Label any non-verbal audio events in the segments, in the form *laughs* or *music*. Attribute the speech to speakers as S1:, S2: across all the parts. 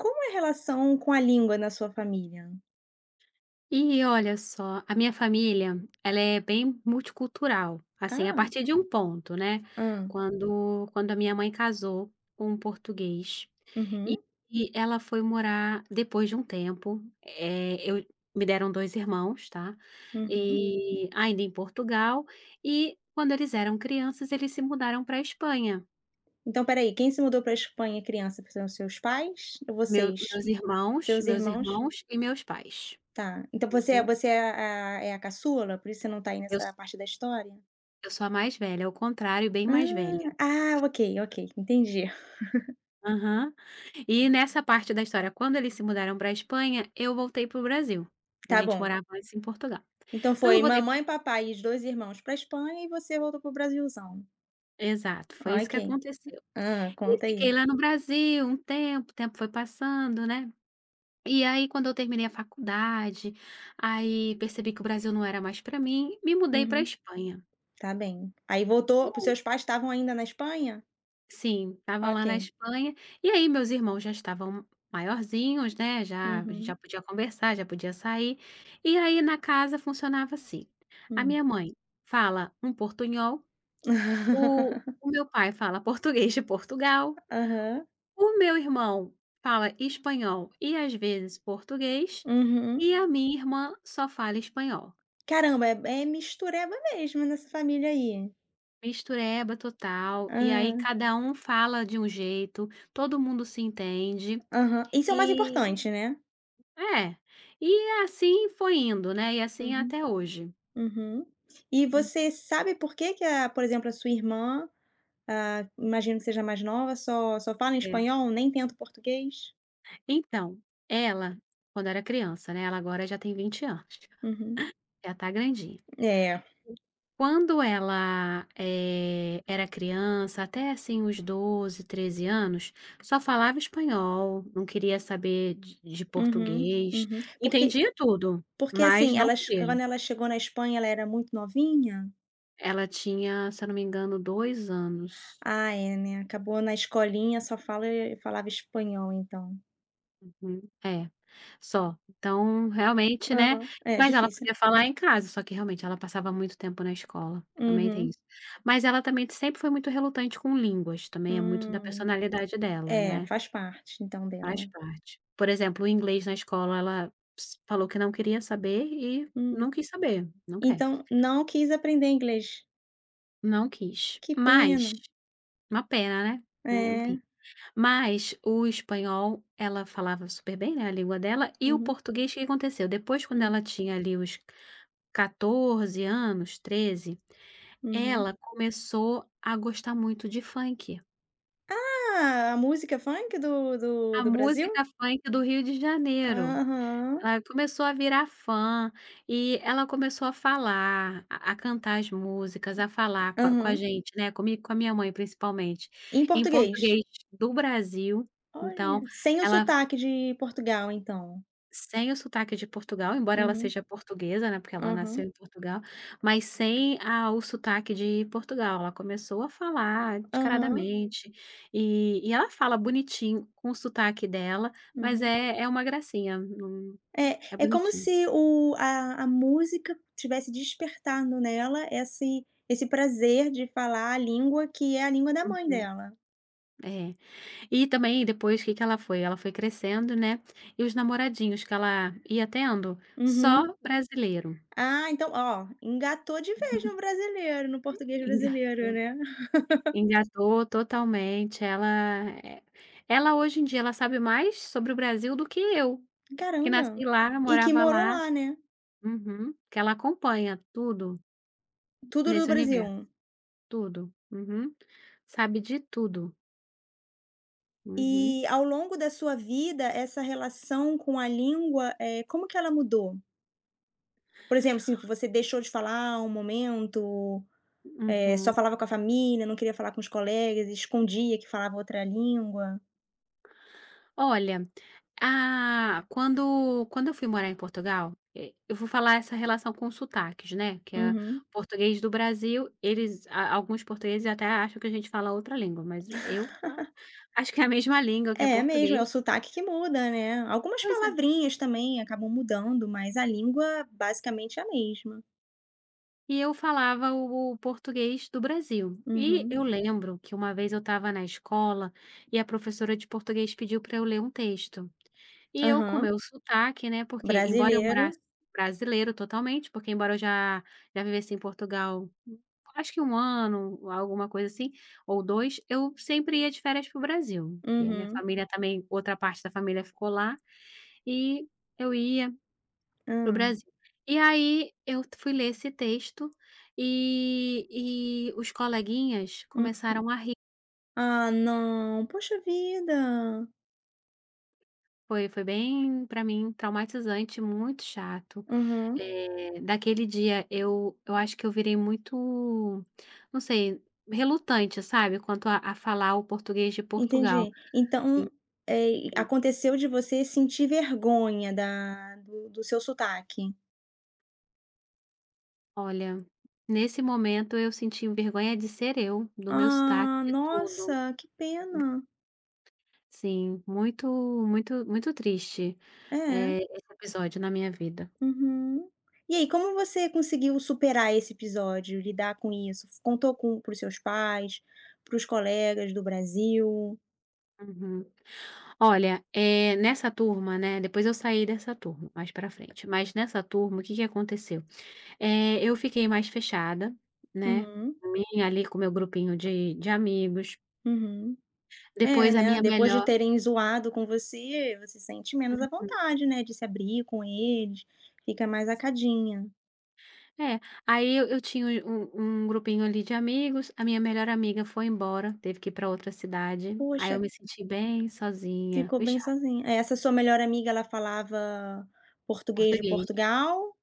S1: Como é a relação com a língua na sua família?
S2: E olha só, a minha família, ela é bem multicultural, assim, a
S1: Ah,
S2: partir de um ponto, né,
S1: hã.
S2: quando a minha mãe casou com um português, e
S1: Uhum,
S2: e ela foi morar depois de um tempo, eu me deram 2 irmãos, tá,
S1: uhum.
S2: e ainda em Portugal, e quando eles eram crianças eles se mudaram pra Espanha,
S1: Então espera aí, quem se mudou para Espanha criança, são seus pais ou
S2: meu
S1: vocês?
S2: meus irmãos
S1: Seus
S2: meus
S1: irmãos?
S2: irmãos e meus pais.
S1: Tá. Então você é
S2: Uhum.
S1: você é a é a caçula, por isso você não tá aí
S2: Eu
S1: nessa
S2: s
S1: parte da história?
S2: eu sou a mais velha, ao contrário, bem mais
S1: Ah,
S2: velha.
S1: ah, ok, ok, entendi.
S2: Aham. E nessa parte da história, quando eles se mudaram pra Espanha, eu voltei para o Brasil. A
S1: Tá
S2: gente
S1: bom.
S2: morava antes em Portugal.
S1: Então
S2: Então eu
S1: foi
S2: voltei,
S1: mamãe, papai e os 2 irmãos pra Espanha, e você voltou para o Brasilzão.
S2: exato, foi isso que
S1: Ok.
S2: aconteceu.
S1: Hã,
S2: E
S1: conta
S2: fiquei
S1: aí.
S2: lá no Brasil um tempo, o tempo foi passando, né. E aí quando eu terminei a faculdade, aí percebi que o Brasil não era mais para mim, me mudei pra
S1: Uhum,
S2: Espanha.
S1: tá bem. Aí voltou, os seus pais estavam ainda na Espanha?
S2: Sim, estavam lá na
S1: Ok.
S2: Espanha, e aí meus irmãos já estavam maiorzinhos, né, já a gente já
S1: Uhum.
S2: podia conversar, já podia sair, e aí na casa funcionava assim: a
S1: Hum.
S2: minha mãe fala um portunhol, o
S1: *laughs*
S2: o meu pai fala *laughs* português de Portugal,
S1: Aham.
S2: o meu irmão fala espanhol e às vezes português,
S1: Uhum.
S2: e a minha irmã só fala espanhol.
S1: Caramba, é mistureba mesmo nessa família aí.
S2: Mistureba total, e aí
S1: Hã.
S2: cada um fala de um jeito, todo mundo se entende,
S1: Aham. Isso é o mais
S2: e
S1: importante, né.
S2: é. E assim foi indo, né, e assim é
S1: Uhum.
S2: até hoje.
S1: Uhum. E
S2: Hum,
S1: você sabe por que que a por exemplo, a sua irmã, ah, imagino que seja mais nova, só fala em
S2: é.
S1: espanhol, nem tenta o português?
S2: Então, ela, quando era criança, né, ela agora já tem 20 anos,
S1: Uhum.
S2: já tá grandinha.
S1: É.
S2: Quando ela, era criança, até assim os 12, 13 anos, só falava espanhol, não queria saber de
S1: Uhum.
S2: português,
S1: Uhum. Porque
S2: entendia tudo,
S1: porque,
S2: mas
S1: assim,
S2: não
S1: elas
S2: queria.
S1: quando ela chegou na Espanha, ela era muito novinha?
S2: Ela tinha, se eu não me engano, 2 anos.
S1: Ah, é, né, acabou na escolinha, só falava espanhol então.
S2: Uhum, é. Só. Então, realmente, né,
S1: Aham, é
S2: mas ela
S1: difícil.
S2: podia falar em casa, só que realmente ela passava muito tempo na escola, também tem
S1: Uhum.
S2: isso. Mas ela também sempre foi muito relutante com línguas, também é muito da
S1: Hum.
S2: personalidade dela,
S1: É,
S2: né,
S1: faz parte então
S2: faz
S1: dela.
S2: parte. Por exemplo, o inglês na escola ela s falou que não queria saber e
S1: Hum.
S2: não quis saber, não quer,
S1: Então não quis aprender inglês.
S2: não quis.
S1: Que
S2: Mas
S1: pena.
S2: uma pena, né, né,
S1: É.
S2: enfim. Mas o espanhol ela falava super bem, né, a língua dela. E o
S1: Uhum.
S2: português, o que aconteceu? Depois quando
S1: Hum.
S2: ela tinha ali os 14 anos, 13,
S1: Uhum.
S2: ela começou a gostar muito de funk.
S1: Ah, a música funk do do
S2: A
S1: do Brasil?
S2: música funk do Rio de Janeiro.
S1: Aham.
S2: Ela começou a virar fã e ela começou a falar, a cantar as músicas, a falar com a
S1: Aham.
S2: gente, né, comigo, com a minha mãe principalmente,
S1: Em
S2: em
S1: português?
S2: português do Brasil. Então
S1: Olha, sem o
S2: ela,
S1: sotaque de Portugal então.
S2: sem o sotaque de Portugal, embora ela
S1: Uhum.
S2: seja portuguesa, né, porque ela nasceu
S1: Aham.
S2: em Portugal, mas sem a o sotaque de Portugal. Ela começou a falar
S1: Aham.
S2: descaradamente, e ela fala bonitinho com o sotaque dela, mas
S1: Uhum.
S2: é uma gracinha, não é
S1: É, é como
S2: bonitinho.
S1: se o a música tivesse despertando nela esse prazer de falar a língua que é a língua da
S2: Hum,
S1: mãe dela.
S2: é. E também depois o que que ela foi? Ela foi crescendo, né, e os namoradinhos que ela ia tendo,
S1: Uhum.
S2: só brasileiro.
S1: Ah, então, ó, engatou de vez no brasileiro, no português
S2: *laughs*
S1: brasileiro,
S2: Engatou.
S1: né. *laughs*
S2: Engatou totalmente. Ela, ela hoje em dia ela sabe mais sobre o Brasil do que eu, que
S1: Caramba.
S2: nasci lá,
S1: E que
S2: morava
S1: morou
S2: lá.
S1: lá, né.
S2: Uhum. Que ela acompanha tudo
S1: Tudo do
S2: nesse universo,
S1: Brasil.
S2: tudo. Uhum. Sabe de tudo. Uhum,
S1: E ao longo da sua vida, essa relação com a língua, como que ela mudou? Por exemplo, assim, você deixou de falar um momento,
S2: uhum.
S1: só falava com a família, não queria falar com os colegas, escondia que falava outra língua.
S2: Olha, ah, quando eu fui morar em Portugal, eh, eu vou falar essa relação com os sotaques, né, que é
S1: Uhum.
S2: português do Brasil, eles, a alguns portugueses até acham que a gente fala outra língua, mas eu falo, acho que é a mesma língua, que é
S1: É mesmo, é
S2: português.
S1: o sotaque que muda, né. Algumas
S2: Pois é.
S1: palavrinhas também acabam mudando, mas a língua basicamente é a mesma.
S2: E eu falava o português do Brasil. E
S1: Uhum.
S2: eu lembro que uma vez eu estava na escola e a professora de português pediu para eu ler um texto. E eu com o
S1: Aham.
S2: meu sotaque, né, porque embora eu morasse,
S1: Brasileiro.
S2: brasileiro totalmente, porque embora eu já vivesse em Portugal, acho que um ano, alguma coisa assim, ou dois, eu sempre ia de férias para o Brasil, porque a minha
S1: Uhum.
S2: família, também outra parte da família ficou lá, e eu ia para o
S1: Hã.
S2: Brasil. E aí eu fui ler esse texto, e os coleguinhas
S1: Hum.
S2: começaram a rir,
S1: Ah, não. Poxa vida.
S2: foi, foi bem, para mim, traumatizante, muito chato.
S1: Uhum.
S2: Eh, daquele dia eu, acho que eu virei muito, não sei, relutante, sabe, quanto a falar o português de Portugal.
S1: Entendi. Então,
S2: E
S1: aconteceu de você sentir vergonha da do do seu sotaque?
S2: olha, nesse momento eu senti vergonha de ser eu, do meu sotaque,
S1: Ah,
S2: de tudo.
S1: nossa, que pena.
S2: Sim, muito, muito, muito triste,
S1: É,
S2: esse episódio na minha vida.
S1: uhum. E aí, como você conseguiu superar esse episódio, lidar com isso? Contou com, para os seus pais, para os colegas do Brasil?
S2: Uhum. Olha, é, nessa turma, né, depois eu saí dessa turma mais pra frente, mas nessa turma o que que aconteceu? Eh, eu fiquei mais fechada, né,
S1: Uhum,
S2: também ali com o meu grupinho de amigos,
S1: uhum. É,
S2: depois a
S1: né,
S2: minha
S1: depois de
S2: melhor,
S1: terem zoado com você, você sente menos à
S2: uhum,
S1: vontade, né, de se abrir com eles, fica mais acadinha.
S2: é, aí eu tinha um grupinho ali de amigos, a minha melhor amiga foi embora, teve que ir pra outra cidade, aí
S1: Poxa,
S2: eu me senti bem sozinha,
S1: ficou bem
S2: fechada,
S1: sozinha. É, essa sua melhor amiga, ela falava português de
S2: português,
S1: Portugal,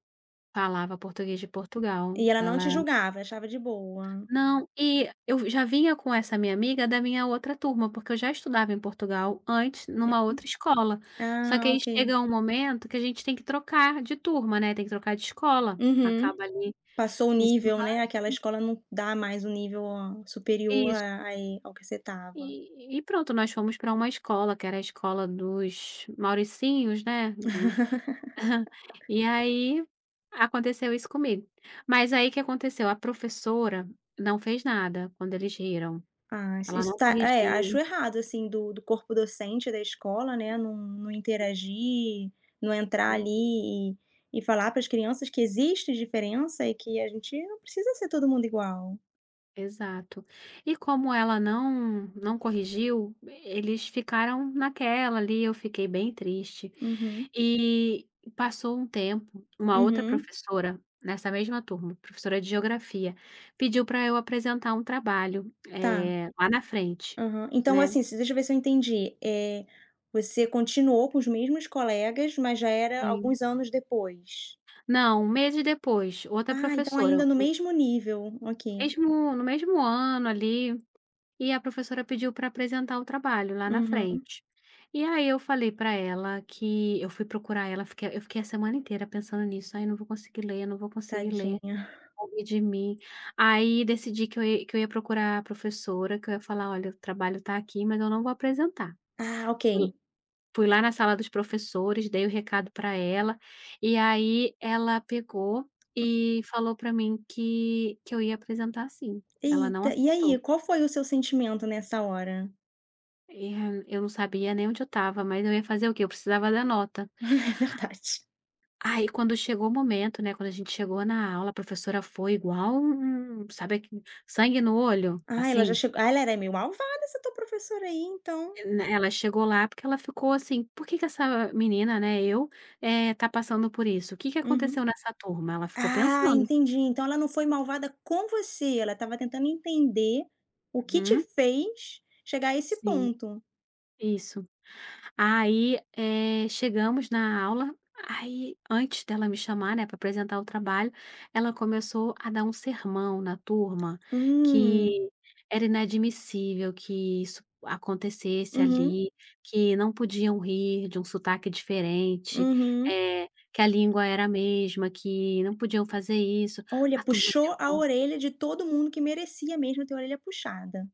S2: falava português de Portugal,
S1: e ela não te
S2: ela,
S1: julgava, achava de boa?
S2: não, e eu já vinha com essa minha amiga da minha outra turma, porque eu já estudava em Portugal antes numa outra escola. Só que
S1: Ah,
S2: aí
S1: ok.
S2: chega um momento que a gente tem que trocar de turma, né, tem que trocar de escola,
S1: Uhum.
S2: acaba ali
S1: Passou o
S2: o ensino
S1: nível,
S2: ba
S1: né, aquela escola não dá mais o nível, a superior
S2: isso.
S1: a ao que você estava.
S2: E pronto, nós fomos para uma escola que era a escola dos Mauricinhos, né. *laughs* E aí aconteceu isso comigo. Mas aí o que aconteceu, a professora não fez nada quando eles riram,
S1: Ah, isso
S2: ela
S1: isso
S2: não
S1: tá,
S2: corrigiu.
S1: acho errado, assim, do corpo docente da escola, né, não interagir, não entrar ali e falar para as crianças que existe diferença e que a gente não precisa ser todo mundo igual.
S2: Exato. E como ela não corrigiu, eles ficaram naquela ali, eu fiquei bem triste.
S1: Uhum,
S2: E passou um tempo, uma outra
S1: uhum.
S2: professora, nessa mesma turma, professora de geografia, pediu para eu apresentar um trabalho,
S1: Tá.
S2: eh, lá na frente,
S1: Aham. Então,
S2: né.
S1: assim, se deixa eu ver se eu entendi, você continuou com os mesmos colegas, mas já era
S2: Sim.
S1: alguns anos depois?
S2: Não, meses depois, outra
S1: Ah, então
S2: professora,
S1: ainda no
S2: no
S1: mesmo nível. Ok.
S2: mesmo no mesmo ano ali. E a professora pediu para apresentar o trabalho lá na
S1: Uhum.
S2: frente. E aí eu falei para ela, que eu fui procurar ela, fiquei eu fiquei a semana inteira pensando nisso: "Aí não vou conseguir ler, não vou conseguir ler,
S1: Tadinha.
S2: vão rir de mim". Aí decidi que eu ia, procurar a professora, que eu ia falar: "Olha, o trabalho está aqui, mas eu não vou apresentar".
S1: Ah, ok.
S2: Fui fui lá na sala dos professores, dei o recado para ela, e aí ela pegou e falou para mim que, eu ia apresentar sim, ela não
S1: Eita, e aí,
S2: aceitou.
S1: qual foi o seu sentimento nessa hora?
S2: E, hã, eu não sabia nem onde eu estava, mas eu ia fazer o quê? Eu precisava da nota.
S1: *laughs* É verdade.
S2: Aí quando chegou o momento, né, quando a gente chegou na aula, a professora foi igual um, sabe aquele sangue no olho?
S1: Ah, ela já
S2: Assim,
S1: chegou ah, ela era meio malvada essa tua professora aí, então.
S2: né, ela chegou lá, porque ela ficou assim: "Por que que essa menina, né, eu, eh, tá passando por isso? O que que
S1: Uhum.
S2: aconteceu nessa turma?" Ela ficou
S1: Ah,
S2: pensando.
S1: entendi. Então ela não foi malvada com você, ela estava tentando entender o que te
S2: Uhum,
S1: fez chegar a esse
S2: sim,
S1: ponto.
S2: isso. Aí, eh, chegamos na aula, aí antes dela me chamar, né, para apresentar o trabalho, ela começou a dar um sermão na turma,
S1: Hum.
S2: que era inadmissível que isso acontecesse
S1: Uhum,
S2: ali, que não podiam rir de um sotaque diferente,
S1: uhum.
S2: eh, que a língua era a mesma, que não podiam fazer isso.
S1: Olha,
S2: A turma
S1: puxou a
S2: ficou
S1: orelha de todo mundo que merecia mesmo ter a orelha puxada.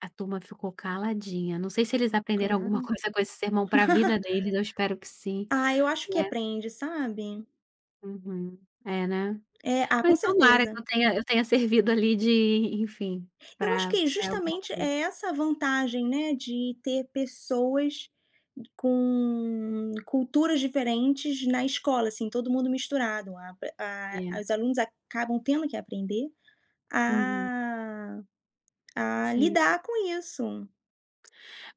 S2: a turma ficou caladinha. Não sei se eles aprenderam alguma
S1: Claro.
S2: *laughs* coisa com esse sermão para a vida
S1: *laughs*
S2: deles, eu espero que sim,
S1: Ah, eu acho que
S2: né.
S1: aprende, sabe.
S2: Uhum. É, né.
S1: É, ah, com
S2: Mas tomara que
S1: certeza.
S2: eu tenha servido ali de, enfim,
S1: Eu acho
S2: para
S1: que
S2: alguma
S1: justamente
S2: coisa.
S1: é essa a vantagem, né, de ter pessoas com culturas diferentes na escola, assim, todo mundo misturado.
S2: É.
S1: A os alunos acabam tendo que aprender
S2: Uhum.
S1: a a
S2: Sim.
S1: lidar com isso.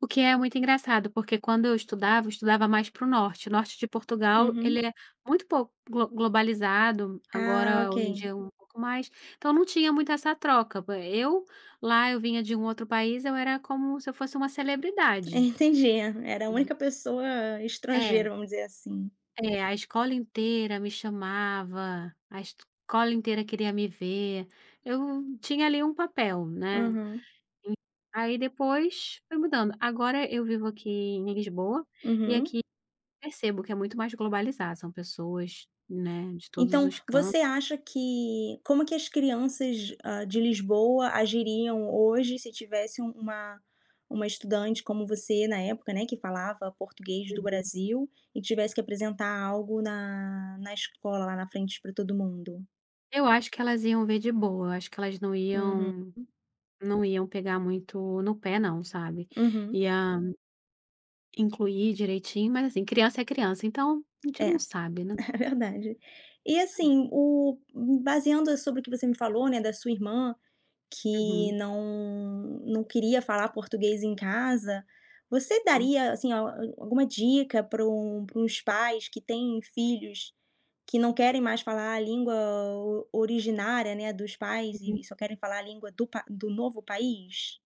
S2: O que é muito engraçado, porque quando eu estudava mais para o norte. O norte de Portugal, ele
S1: Uhum.
S2: é muito pouco globalizado,
S1: Ah,
S2: agora
S1: ok.
S2: hoje em dia
S1: *laughs*
S2: um pouco mais, então não tinha muito essa troca. Po eu lá, eu vinha de um outro país, eu era como se eu fosse uma celebridade.
S1: Entendi. Era a
S2: Uhum.
S1: única pessoa
S2: É.
S1: estrangeira, vamos dizer assim.
S2: É, a escola inteira me chamava, a escola inteira queria me ver. Eu tinha ali um papel, né.
S1: Uhum,
S2: E aí depois foi mudando. Agora eu vivo aqui em Lisboa e
S1: uhum.
S2: aqui percebo que é muito mais globalizado, são pessoas, né, de todos
S1: Então,
S2: os cantos.
S1: você acha que como que as crianças, de Lisboa agiriam hoje se tivesse uma estudante como você na época, né, que falava português do
S2: Uhum.
S1: Brasil e tivesse que apresentar algo na escola, lá na frente, para todo mundo?
S2: Eu acho que elas iam ver de boa, eu acho que elas
S1: Uhum,
S2: não iam pegar muito no pé não, sabe.
S1: uhum.
S2: Ia incluir direitinho, mas assim, criança é criança, então a gente não
S1: É. *laughs*
S2: sabe, né.
S1: É verdade. E assim, o baseando sobre o que você me falou, né, da sua irmã, que
S2: Uhum,
S1: não queria falar português em casa, você
S2: hum.
S1: daria, assim, al alguma dica para para uns pais que têm filhos que não querem mais falar a língua o originária, né, dos pais, e só querem falar a língua do novo país?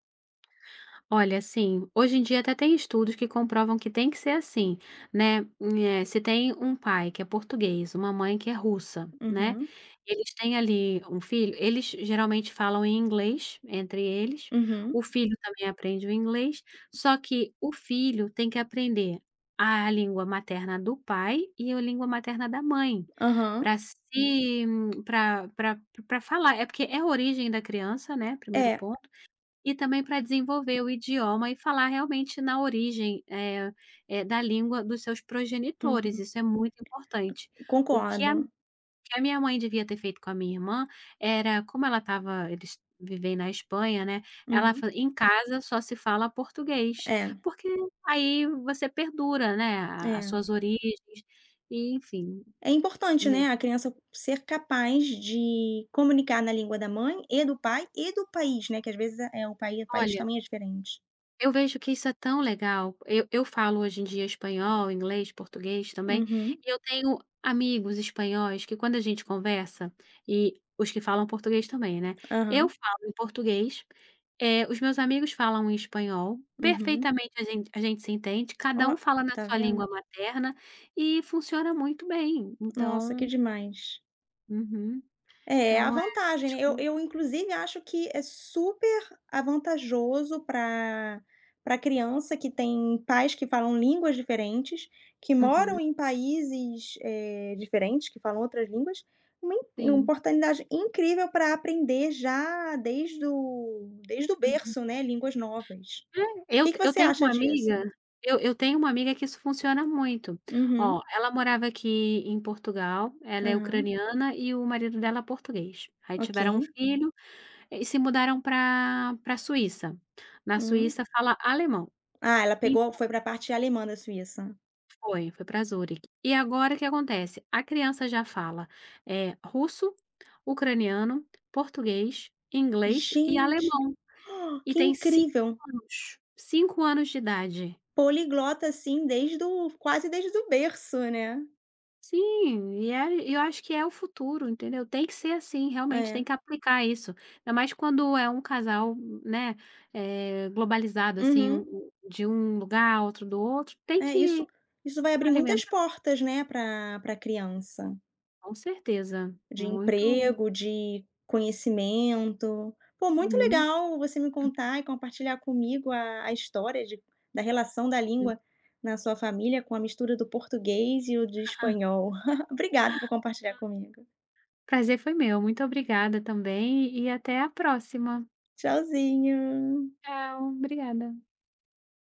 S2: Olha, assim, hoje em dia até tem estudos que comprovam que tem que ser assim, né? Eh, se tem um pai que é português, uma mãe que é russa, né?
S1: Uhum,
S2: Eles têm ali um filho, eles geralmente falam em inglês entre eles, o
S1: uhum,
S2: filho também aprende o inglês, só que o filho tem que aprender a língua materna do pai e a língua materna da mãe,
S1: aham.
S2: para se, para para para falar. É porque é a origem da criança, né? Primeiro
S1: É,
S2: ponto. E também para desenvolver o idioma e falar realmente na origem, eh, da língua dos seus progenitores,
S1: uhum,
S2: isso é muito importante. O que a,
S1: concordo.
S2: que a minha mãe devia ter feito com a minha irmã era, como ela estava, eles vivem na Espanha, né, ela
S1: Uhum,
S2: fa em casa só se fala português,
S1: é,
S2: porque aí você perdura, né, a as
S1: é.
S2: suas origens, e enfim,
S1: É importante,
S2: né.
S1: né, a criança ser capaz de comunicar na língua da mãe e do pai e do país, né, que às vezes é o país
S2: Olha,
S1: também é diferente.
S2: eu vejo que isso é tão legal. Eu falo hoje em dia espanhol, inglês, português também,
S1: Uhum.
S2: e eu tenho amigos espanhóis que quando a gente conversa, e os que falam português também, né. Eu
S1: Aham.
S2: falo em português, eh, os meus amigos falam em espanhol,
S1: Uhum.
S2: perfeitamente a gente se entende, cada
S1: Ó,
S2: um fala na
S1: tá
S2: sua
S1: vendo?
S2: língua materna e funciona muito bem.
S1: Nossa,
S2: Então,
S1: que demais.
S2: uhum.
S1: É, a
S2: Então é
S1: vantagem,
S2: essas
S1: né, eu
S2: coisas.
S1: eu inclusive acho que é super avantajoso para criança que tem pais que falam línguas diferentes, que
S2: Uhum,
S1: moram em países, diferentes, que falam outras línguas, uma
S2: sim.
S1: oportunidade incrível para aprender já desde o
S2: Uhum.
S1: berço, né, línguas novas.
S2: É,
S1: O
S2: eu
S1: Que que
S2: eu
S1: você
S2: tenho
S1: acha
S2: uma
S1: disso?
S2: amiga eu tenho uma amiga que isso funciona muito. Ó,
S1: Uhum,
S2: ela morava aqui em Portugal, ela é
S1: aham,
S2: ucraniana e o marido dela é português. Aí
S1: ok,
S2: tiveram um filho e se mudaram para Suíça. Na
S1: hum.
S2: Suíça fala alemão.
S1: Ah, ela
S2: E
S1: pegou, foi para a parte alemã da Suíça.
S2: foi, foi para Zurique. E agora o que acontece? A criança já fala, é russo, ucraniano, português, inglês e
S1: Gente!
S2: alemão.
S1: Oh,
S2: E
S1: que
S2: tem cinco
S1: incrível.
S2: anos, 5 anos de idade.
S1: Poliglota, assim, desde o quase desde o berço, né.
S2: Sim, e é, eu acho que é o futuro, entendeu? Tem que ser assim, realmente tem
S1: É.
S2: que aplicar isso. Ainda mais quando é um casal, né, globalizado, assim,
S1: Uhum.
S2: um de um lugar, outro do outro, tem
S1: É, isso
S2: que
S1: isso vai abrir muitas
S2: alimentar,
S1: portas, né, para pra criança,
S2: com certeza.
S1: de
S2: Muito,
S1: emprego, de conhecimento. Pô, muito
S2: uhum,
S1: legal você me contar e compartilhar comigo a história de da relação da língua
S2: *laughs*
S1: na sua família, com a mistura do português e o do
S2: hum.
S1: espanhol. *laughs* Obrigada por compartilhar comigo.
S2: Prazer foi meu, muito obrigada também e até a próxima.
S1: Tchauzinho.
S2: Tchau, obrigada.